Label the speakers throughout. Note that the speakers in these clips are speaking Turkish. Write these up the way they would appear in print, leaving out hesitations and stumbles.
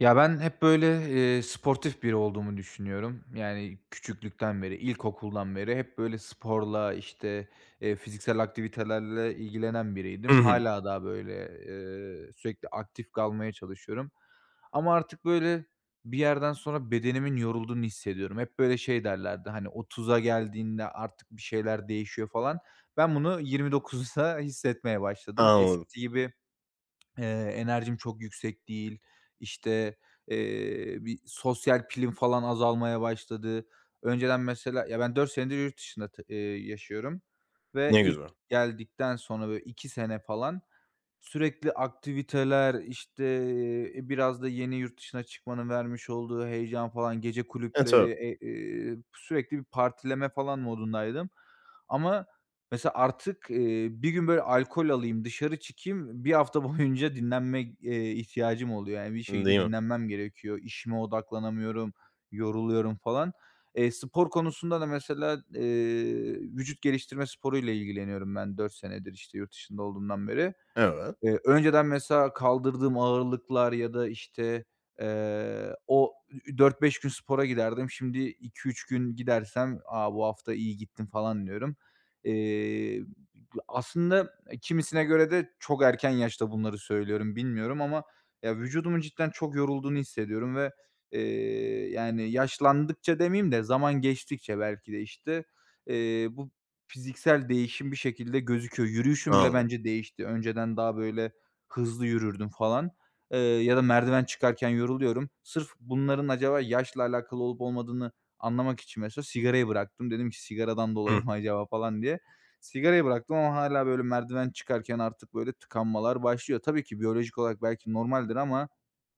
Speaker 1: Ya, ben hep böyle, sportif biri olduğumu düşünüyorum. Yani küçüklükten beri, ilkokuldan beri hep böyle sporla, işte, fiziksel aktivitelerle ilgilenen
Speaker 2: Hı
Speaker 1: biriydim.
Speaker 2: hı.
Speaker 1: Hala da böyle, sürekli aktif kalmaya çalışıyorum. Ama artık böyle bir yerden sonra bedenimin yorulduğunu hissediyorum. Hep böyle şey derlerdi, hani, 30'a geldiğinde artık bir şeyler değişiyor falan. Ben bunu 29'da hissetmeye başladım.
Speaker 2: Anladım.
Speaker 1: Eskisi gibi, Eee, enerjim çok yüksek değil. İşte, bir sosyal pilim falan azalmaya başladı. Önceden mesela ya, ben 4 senedir yurt dışında t yaşıyorum ve
Speaker 2: Ne
Speaker 1: ilk
Speaker 2: güzel.
Speaker 1: geldikten sonra böyle 2 sene falan sürekli aktiviteler, işte, biraz da yeni yurt dışına çıkmanın vermiş olduğu heyecan falan, gece
Speaker 2: E, tabii,
Speaker 1: kulüpleri, sürekli bir partileme falan modundaydım. Ama mesela artık, bir gün böyle alkol alayım, dışarı çıkayım, bir hafta boyunca dinlenme, ihtiyacım oluyor. Yani bir şekilde
Speaker 2: değil mi?
Speaker 1: dinlenmem gerekiyor. İşime odaklanamıyorum, yoruluyorum falan. Spor konusunda da mesela, vücut geliştirme sporuyla ilgileniyorum ben 4 senedir, işte, yurt dışında olduğumdan beri.
Speaker 2: Evet,
Speaker 1: Önceden mesela kaldırdığım ağırlıklar ya da, işte, o ü 4-5 gün spora giderdim. Şimdi iki üç gün gidersem, "A, bu hafta iyi gittim." falan diyorum. Eee, Aslında, kimisine göre de çok erken yaşta bunları söylüyorum, bilmiyorum ama ya, vücudumun cidden çok yorulduğunu hissediyorum ve, yani yaşlandıkça demeyeyim de zaman geçtikçe belki de, işte, bu fiziksel değişim bir şekilde gözüküyor. Yürüyüşüm bile
Speaker 2: anladım.
Speaker 1: bence değişti. Önceden daha böyle hızlı yürürdüm falan, ya da merdiven çıkarken yoruluyorum. Sırf bunların acaba yaşla alakalı olup olmadığını anlamak için mesela sigarayı bıraktım. Dedim ki sigaradan
Speaker 2: Hıh,
Speaker 1: dolayı mı acaba falan diye. Sigarayı bıraktım ama hala böyle merdiven çıkarken artık böyle tıkanmalar başlıyor. Tabii ki biyolojik olarak belki normaldir ama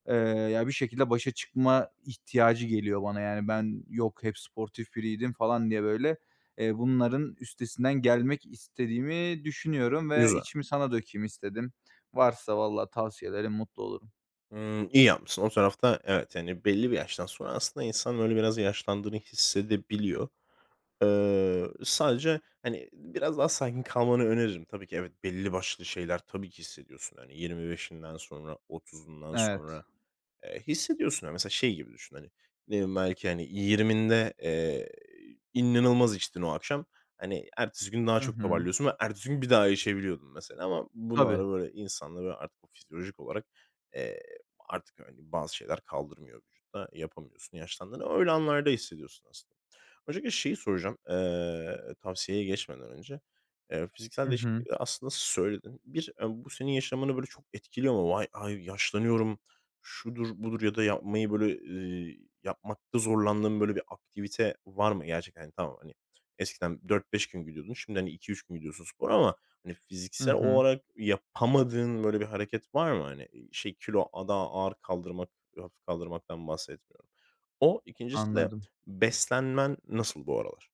Speaker 1: Eee, ya, bir şekilde başa çıkma ihtiyacı geliyor bana. Yani, ben yok hep sportif biriydim falan diye böyle, bunların üstesinden gelmek istediğimi düşünüyorum ve
Speaker 2: güzel.
Speaker 1: içimi sana dökeyim istedim. Varsa valla tavsiyelerin mutlu olurum.
Speaker 2: Imm, iyi yapmışsın. O tarafta evet, yani, belli bir yaştan sonra aslında insan, böyle, biraz yaşlandığını hissedebiliyor. Sadece, hani, biraz daha sakin kalmanı öneririm. Tabii ki evet, belli başlı şeyler tabii ki hissediyorsun. Hani, 25'inden sonra, 30'undan
Speaker 1: Evet.
Speaker 2: sonra hissediyorsun ya mesela şey gibi düşün, hani, ne bileyim belki, hani, 20'inde, inanılmaz içtin o akşam. Hani, ertesi gün daha
Speaker 1: Hı
Speaker 2: çok
Speaker 1: hı.
Speaker 2: toparlıyorsun ve ertesi gün bir daha içebiliyordun mesela ama bunlar
Speaker 1: Tabii.
Speaker 2: böyle insanda böyle artık o fizyolojik olarak, eee, artık, hani, bazı şeyler kaldırmıyor vücutta, yapamıyorsun, yaşlandığını öyle anlarda hissediyorsun aslında. Öncelikle şeyi soracağım, tavsiyeye geçmeden önce. Fiziksel
Speaker 1: Hı hı.
Speaker 2: değişiklikleri aslında söyledin. Bir, bu senin yaşamını böyle çok etkiliyor mu? "Vay, ay, yaşlanıyorum, şudur, budur ya da yapmayı böyle, yapmakta zorlandığın böyle bir aktivite var mı gerçekten? Hani, tamam, hani, eskiden 4-5 gün gidiyordun. Şimdi, hani, 2-3 gün gidiyorsun spora ama, hani,
Speaker 1: Hı
Speaker 2: fiziksel
Speaker 1: hı.
Speaker 2: olarak yapamadığın böyle bir hareket var mı? Hani, şey, kilo daha ağır kaldırmak, hafif kaldırmaktan bahsetmiyorum. O, ikincisi de
Speaker 1: Anladım.
Speaker 2: beslenmen nasıl bu aralar?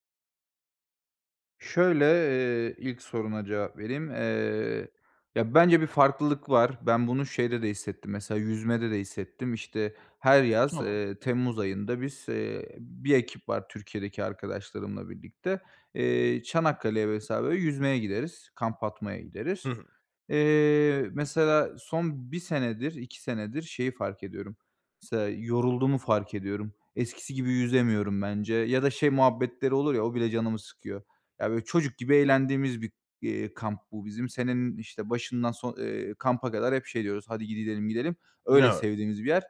Speaker 1: Şöyle, ilk soruna cevap vereyim. Ya, bence bir farklılık var. Ben bunu şeyde de hissettim, mesela yüzmede de hissettim. İşte, her yaz,
Speaker 2: Tamam.
Speaker 1: temmuz ayında biz, bir ekip var, Türkiye'deki arkadaşlarımla birlikte. Çanakkale'ye mesela böyle yüzmeye gideriz, kamp atmaya
Speaker 2: Hı
Speaker 1: gideriz.
Speaker 2: hı.
Speaker 1: Mesela son bir senedir, 2 senedir şeyi fark ediyorum. Mesela yorulduğumu fark ediyorum. Eskisi gibi yüzemiyorum bence ya da şey muhabbetleri olur ya, o bile canımı sıkıyor. Ya, böyle, çocuk gibi eğlendiğimiz bir, kamp bu bizim. Senenin, işte, başından son kampa kadar hep şey diyoruz, "Hadi gidelim, gidelim." Öyle
Speaker 2: Evet.
Speaker 1: sevdiğimiz bir yer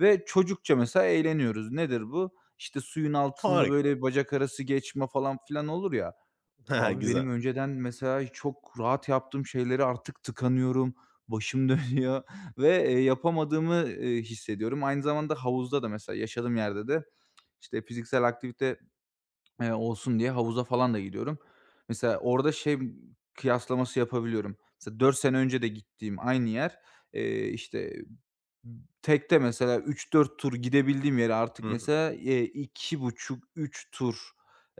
Speaker 1: ve çocukça mesela eğleniyoruz. Nedir bu? İşte, suyun altında,
Speaker 2: Harika.
Speaker 1: böyle, bacak arası geçme falan filan olur ya.
Speaker 2: He
Speaker 1: Abi,
Speaker 2: güzel.
Speaker 1: benim önceden mesela çok rahat yaptığım şeyleri artık tıkanıyorum, başım dönüyor ve, yapamadığımı, hissediyorum. Aynı zamanda havuzda da mesela, yaşadığım yerde de, işte, fiziksel aktivite, olsun diye havuza falan da gidiyorum. Mesela orada şey kıyaslaması yapabiliyorum. Mesela 4 sene önce de gittiğim aynı yer, eee, işte tekte mesela üç dört tur gidebildiğim yere artık
Speaker 2: Hı hı.
Speaker 1: mesela, iki buçuk üç tur,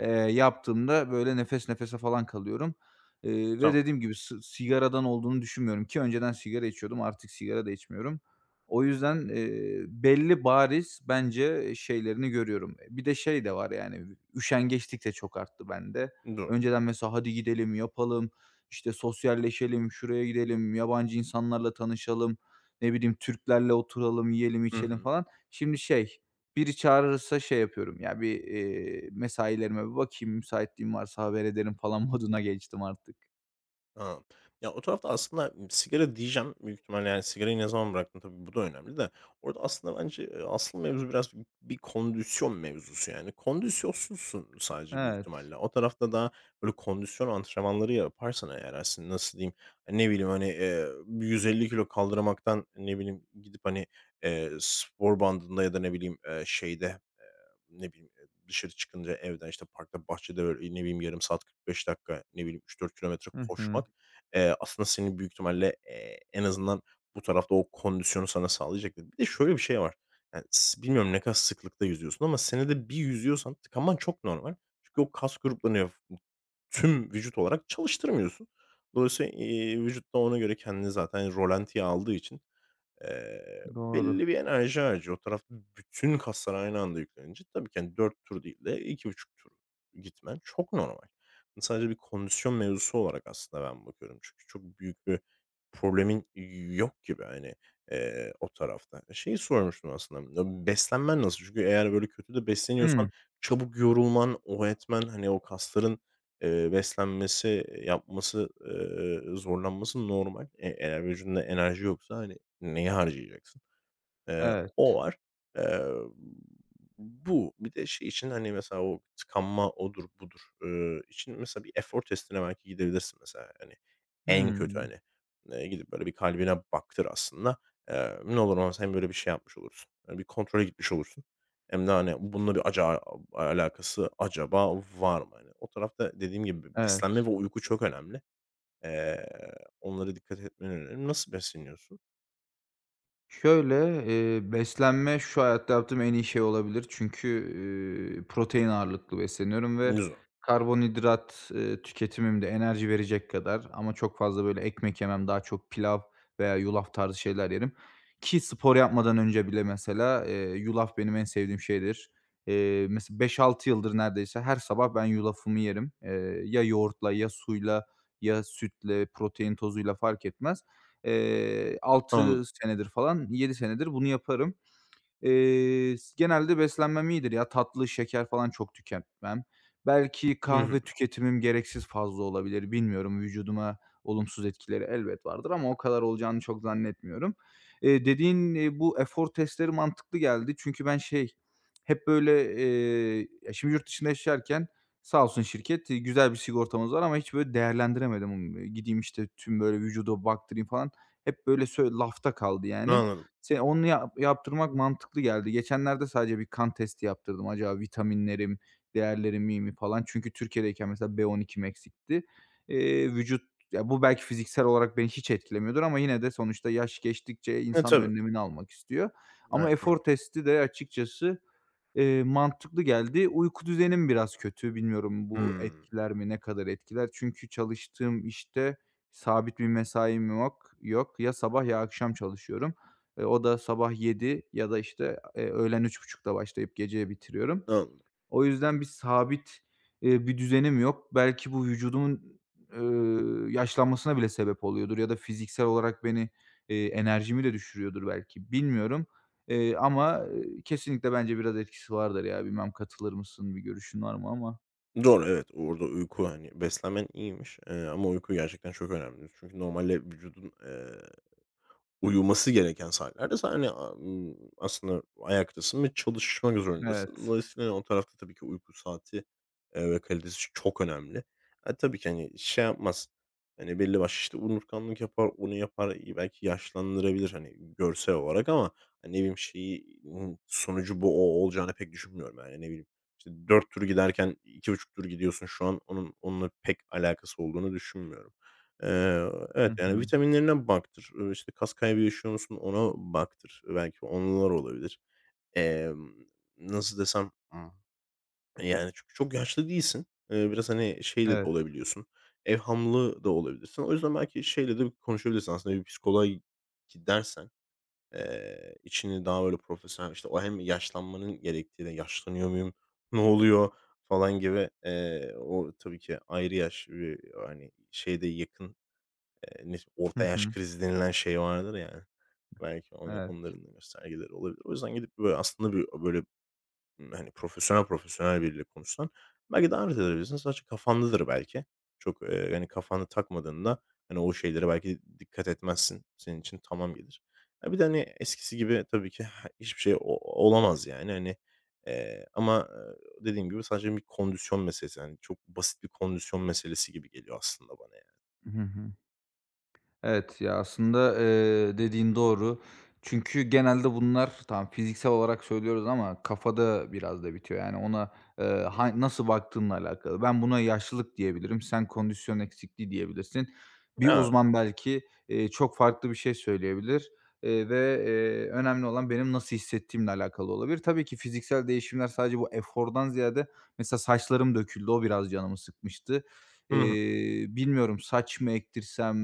Speaker 1: yaptığımda böyle nefes nefese falan kalıyorum. Ve
Speaker 2: Tamam.
Speaker 1: dediğim gibi sigaradan olduğunu düşünmüyorum, ki önceden sigara içiyordum, artık sigara da içmiyorum. O yüzden, belli bariz bence şeylerini görüyorum. E, bir de şey de var, yani üşengeçlik de çok arttı bende.
Speaker 2: Dur.
Speaker 1: Önceden mesela hadi gidelim, yapalım, işte sosyalleşelim, şuraya gidelim, yabancı insanlarla tanışalım, ne bileyim, Türklerle oturalım, yiyelim,
Speaker 2: Hı
Speaker 1: içelim
Speaker 2: hı.
Speaker 1: falan. Şimdi şey, biri çağırırsa şey yapıyorum ya, bir, mesailerime bir bakayım, müsaitliğim varsa haber ederim falan moduna geçtim artık.
Speaker 2: A! Ya, o tarafta aslında sigara diyeceğim büyük ihtimalle, yani, sigarayı ne zaman bıraktın tabii bu da önemli de orada aslında bence, asıl mevzu biraz bir kondisyon mevzusu, yani. Kondisyonsuzsun sadece büyük
Speaker 1: Evet.
Speaker 2: ihtimalle. O tarafta daha böyle kondisyon antrenmanları yaparsan eğer aslında nasıl diyeyim, hani, ne bileyim, hani, 150 kilo kaldırmaktan, ne bileyim, gidip, hani, spor bandında ya da ne bileyim, şeyde, ne bileyim, dışarı çıkınca evden, işte, parkta, bahçede, böyle, ne bileyim, yarım saat, 45 dakika, ne bileyim, 3-4 kilometre
Speaker 1: Hı hı.
Speaker 2: koşmak, aslında senin büyük ihtimalle, en azından bu tarafta o kondisyonu sana sağlayacaktır. Bir de şöyle bir şey var. Yani, bilmiyorum ne kadar sıklıkta yüzüyorsun ama senede bir yüzüyorsan tıkanman çok normal. Çünkü o kas gruplarını tüm vücut olarak çalıştırmıyorsun. Dolayısıyla, vücut da ona göre kendini zaten rolantiye aldığı için Eee,
Speaker 1: Doğru.
Speaker 2: belli bir enerji harcıyor. O tarafta bütün kaslar aynı anda yüklenince tabii ki, hani, 4 tur değil de 2,5 tur gitmen çok normal. Sadece bir kondisyon mevzusu olarak aslında ben bakıyorum. Çünkü çok büyük bir problemin yok gibi, hani, o tarafta. Şeyi sormuştum aslında, ya, beslenmen nasıl? Çünkü eğer böyle kötü de besleniyorsan
Speaker 1: Hımm.
Speaker 2: çabuk yorulman, o etmen, hani, o kasların, beslenmesi, yapması, zorlanması normal. Eğer vücudunda enerji yoksa, hani, neyi harcayacaksın? Eee,
Speaker 1: Evet.
Speaker 2: o var. Eee, bu bir de şey için, hani, mesela o tıkanma odur budur, için mesela bir efor testine belki gidebilirsin mesela. Hani, en kötü,
Speaker 1: Hımm.
Speaker 2: hani, gidip böyle bir kalbine baktır aslında. Ne olur ne olmaz hem böyle bir şey yapmış olursun, hani, bir kontrole gitmiş olursun hem de, hani, bununla bir alakası acaba var mı? Hani, o tarafta dediğim gibi beslenme
Speaker 1: Evet.
Speaker 2: ve uyku çok önemli. Eee, onlara dikkat etmen öneririm. Nasıl besleniyorsun?
Speaker 1: Şöyle, beslenme şu hayatta yaptığım en iyi şey olabilir. Çünkü, protein ağırlıklı besleniyorum ve
Speaker 2: Güzel.
Speaker 1: karbonhidrat, tüketimim de enerji verecek kadar ama çok fazla böyle ekmek yemem, daha çok pilav veya yulaf tarzı şeyler yerim, ki spor yapmadan önce bile mesela, yulaf benim en sevdiğim şeydir. Mesela 5-6 yıldır neredeyse her sabah ben yulafımı yerim. Ya yoğurtla ya suyla ya sütle, protein tozuyla fark etmez.
Speaker 2: Anladım.
Speaker 1: 6 senedir falan, 7 senedir bunu yaparım. S Genelde beslenmem iyidir ya. Tatlı, şeker falan çok tüketmem. Belki
Speaker 2: Hı hı.
Speaker 1: kahve tüketimim gereksiz fazla olabilir. Bilmiyorum, vücuduma olumsuz etkileri elbet vardır ama o kadar olacağını çok zannetmiyorum. Dediğin, bu efor testleri mantıklı geldi. Çünkü ben şey, hep böyle, ya, şimdi yurt dışında yaşarken sağ olsun şirket, güzel bir sigortamız var ama hiç böyle değerlendiremedim. Gideyim, işte, tüm böyle vücuda baktırayım falan. Hep böyle lafta kaldı yani.
Speaker 2: Anladım.
Speaker 1: Onu yaptırmak mantıklı geldi. Geçenlerde sadece bir kan testi yaptırdım. Acaba vitaminlerim, değerlerim iyi mi falan. Çünkü Türkiye'deyken mesela B12'm eksikti. Vücut Ya, bu belki fiziksel olarak beni hiç etkilemiyordur ama yine de sonuçta yaş geçtikçe
Speaker 2: E,
Speaker 1: insan
Speaker 2: tabii.
Speaker 1: önlemini almak istiyor. Ama
Speaker 2: Aynen öyle.
Speaker 1: efor testi de açıkçası, mantıklı geldi. Uyku düzenim biraz kötü. Bilmiyorum, bu
Speaker 2: Hımm.
Speaker 1: etkiler mi, ne kadar etkiler? Çünkü çalıştığım işte sabit bir mesaim yok. Ya sabah ya akşam çalışıyorum. E, o da sabah 7 ya da işte, öğlen üç buçukta başlayıp geceye bitiriyorum.
Speaker 2: Anladım.
Speaker 1: O yüzden bir sabit, bir düzenim yok. Belki bu vücudumun, yaşlanmasına bile sebep oluyordur ya da fiziksel olarak beni, enerjimi de düşürüyordur belki, bilmiyorum. Ama, kesinlikle bence biraz etkisi vardır ya. Bilmem katılır mısın? Bir görüşün var mı ama?
Speaker 2: Doğru, evet, orada uyku, hani, beslenmen iyiymiş, ama uyku gerçekten çok önemli. Çünkü normalde vücudun, uyuması gereken saatlerde de sen, hani, a aslında ayaktasın ve çalışmak zorundasın.
Speaker 1: Evet.
Speaker 2: Dolayısıyla hani o tarafta tabii ki uyku saati, ve kalitesi çok önemli. E, tabii ki, hani, şey yapmaz, hani, belli başlı, işte, unutkanlık yapar, onu yapar, belki yaşlandırabilir, hani, görsel olarak ama, hani, ne bileyim, şeyi, sonucu bu o olacağını pek düşünmüyorum. Yani, ne bileyim, işte, 4 tur giderken 2,5 tur gidiyorsun şu an. Onun onunla pek alakası olduğunu düşünmüyorum. Eee,
Speaker 1: Hı
Speaker 2: evet, yani,
Speaker 1: hı.
Speaker 2: vitaminlerine baktır, işte, kas kaybı yaşıyor musun ona baktır. Belki onlar olabilir. Emm, nasıl desem, yani, çünkü çok yaşlı değilsin. Biraz, hani, şeyle de
Speaker 1: Evet.
Speaker 2: olabiliyorsun, evhamlı da olabilirsin. O yüzden belki şeyle de konuşabilirsin aslında bir psikoloğa gidersen, içini daha böyle profesyonel, işte, o hem yaşlanmanın gerektiğini, yaşlanıyor muyum, ne oluyor falan gibi, o tabii ki ayrı yaş ve, hani, şeyde yakın ne
Speaker 1: Hı
Speaker 2: orta yaş
Speaker 1: hı.
Speaker 2: krizi denilen şey vardır ya, belki ona
Speaker 1: Evet.
Speaker 2: onların da göstergeleri olabilir. O yüzden gidip böyle aslında bir böyle, hani, profesyonel profesyonel biriyle konuşsan belki davet edebilirsin. Sadece kafandadır belki. Çok, hani, kafana takmadığında, hani, o şeylere belki dikkat etmezsin. Senin için tamam gelir. Ya, bir de, hani, eskisi gibi tabii ki hiçbir şey o olamaz yani, hani, ama, dediğim gibi sadece bir kondisyon meselesi. Hani, çok basit bir kondisyon meselesi gibi geliyor aslında bana yani.
Speaker 1: Hı hı. Evet, ya, aslında, dediğin doğru. Çünkü genelde bunlar tam fiziksel olarak söylüyoruz ama kafada biraz da bitiyor. Yani ona, ha nasıl baktığınla alakalı. Ben buna yaşlılık diyebilirim, sen kondisyon eksikliği diyebilirsin. Bir
Speaker 2: Evet.
Speaker 1: uzman belki, çok farklı bir şey söyleyebilir, önemli olan benim nasıl hissettiğimle alakalı olabilir. Tabii ki fiziksel değişimler sadece bu efordan ziyade mesela saçlarım döküldü, o biraz canımı sıkmıştı.
Speaker 2: Hı hı.
Speaker 1: Bilmiyorum, saç mı ektirsem,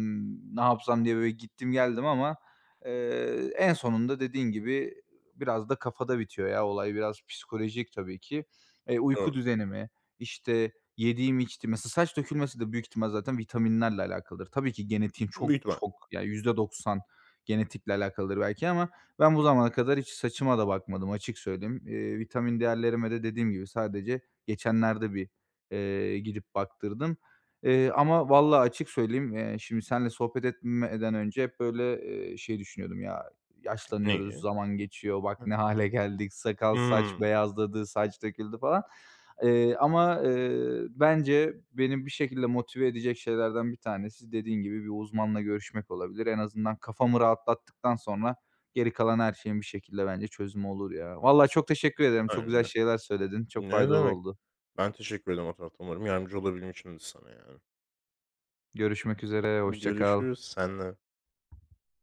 Speaker 1: ne yapsam diye böyle gittim geldim ama, en sonunda dediğin gibi biraz da kafada bitiyor ya olay. Biraz psikolojik tabii ki. Uyku düzenimi, işte, yediğim içtiğim. Mesela saç dökülmesi de büyük ihtimal zaten vitaminlerle alakalıdır. Tabii ki genetiğim
Speaker 2: Büyük
Speaker 1: çok
Speaker 2: ihtimal.
Speaker 1: çok, yani %90 genetikle alakalıdır belki ama ben bu zamana kadar hiç saçıma da bakmadım, açık söyleyeyim. Vitamin değerlerime de dediğim gibi sadece geçenlerde bir, gidip baktırdım. Ama vallahi açık söyleyeyim, şimdi seninle sohbet etmeden önce hep böyle, şey düşünüyordum ya, yaşlanıyoruz,
Speaker 2: Neyi?
Speaker 1: zaman geçiyor, bak
Speaker 2: Hı.
Speaker 1: ne hale geldik, sakal saç
Speaker 2: Hımm.
Speaker 1: beyazladı, saç döküldü falan. Bence beni bir şekilde motive edecek şeylerden bir tanesi, dediğin gibi, bir uzmanla görüşmek olabilir. En azından kafamı rahatlattıktan sonra geri kalan her şeyin bir şekilde bence çözümü olur ya. Vallahi çok teşekkür ederim. Çok güzel
Speaker 2: Aynen.
Speaker 1: şeyler söyledin. Çok
Speaker 2: Ne
Speaker 1: faydalı
Speaker 2: demek.
Speaker 1: oldu.
Speaker 2: Ben teşekkür ederim o tarafta. Umarım yardımcı olabilmişimdir sana yani.
Speaker 1: Görüşmek üzere, hoşça kal.
Speaker 2: Görüşürüz. Sen de.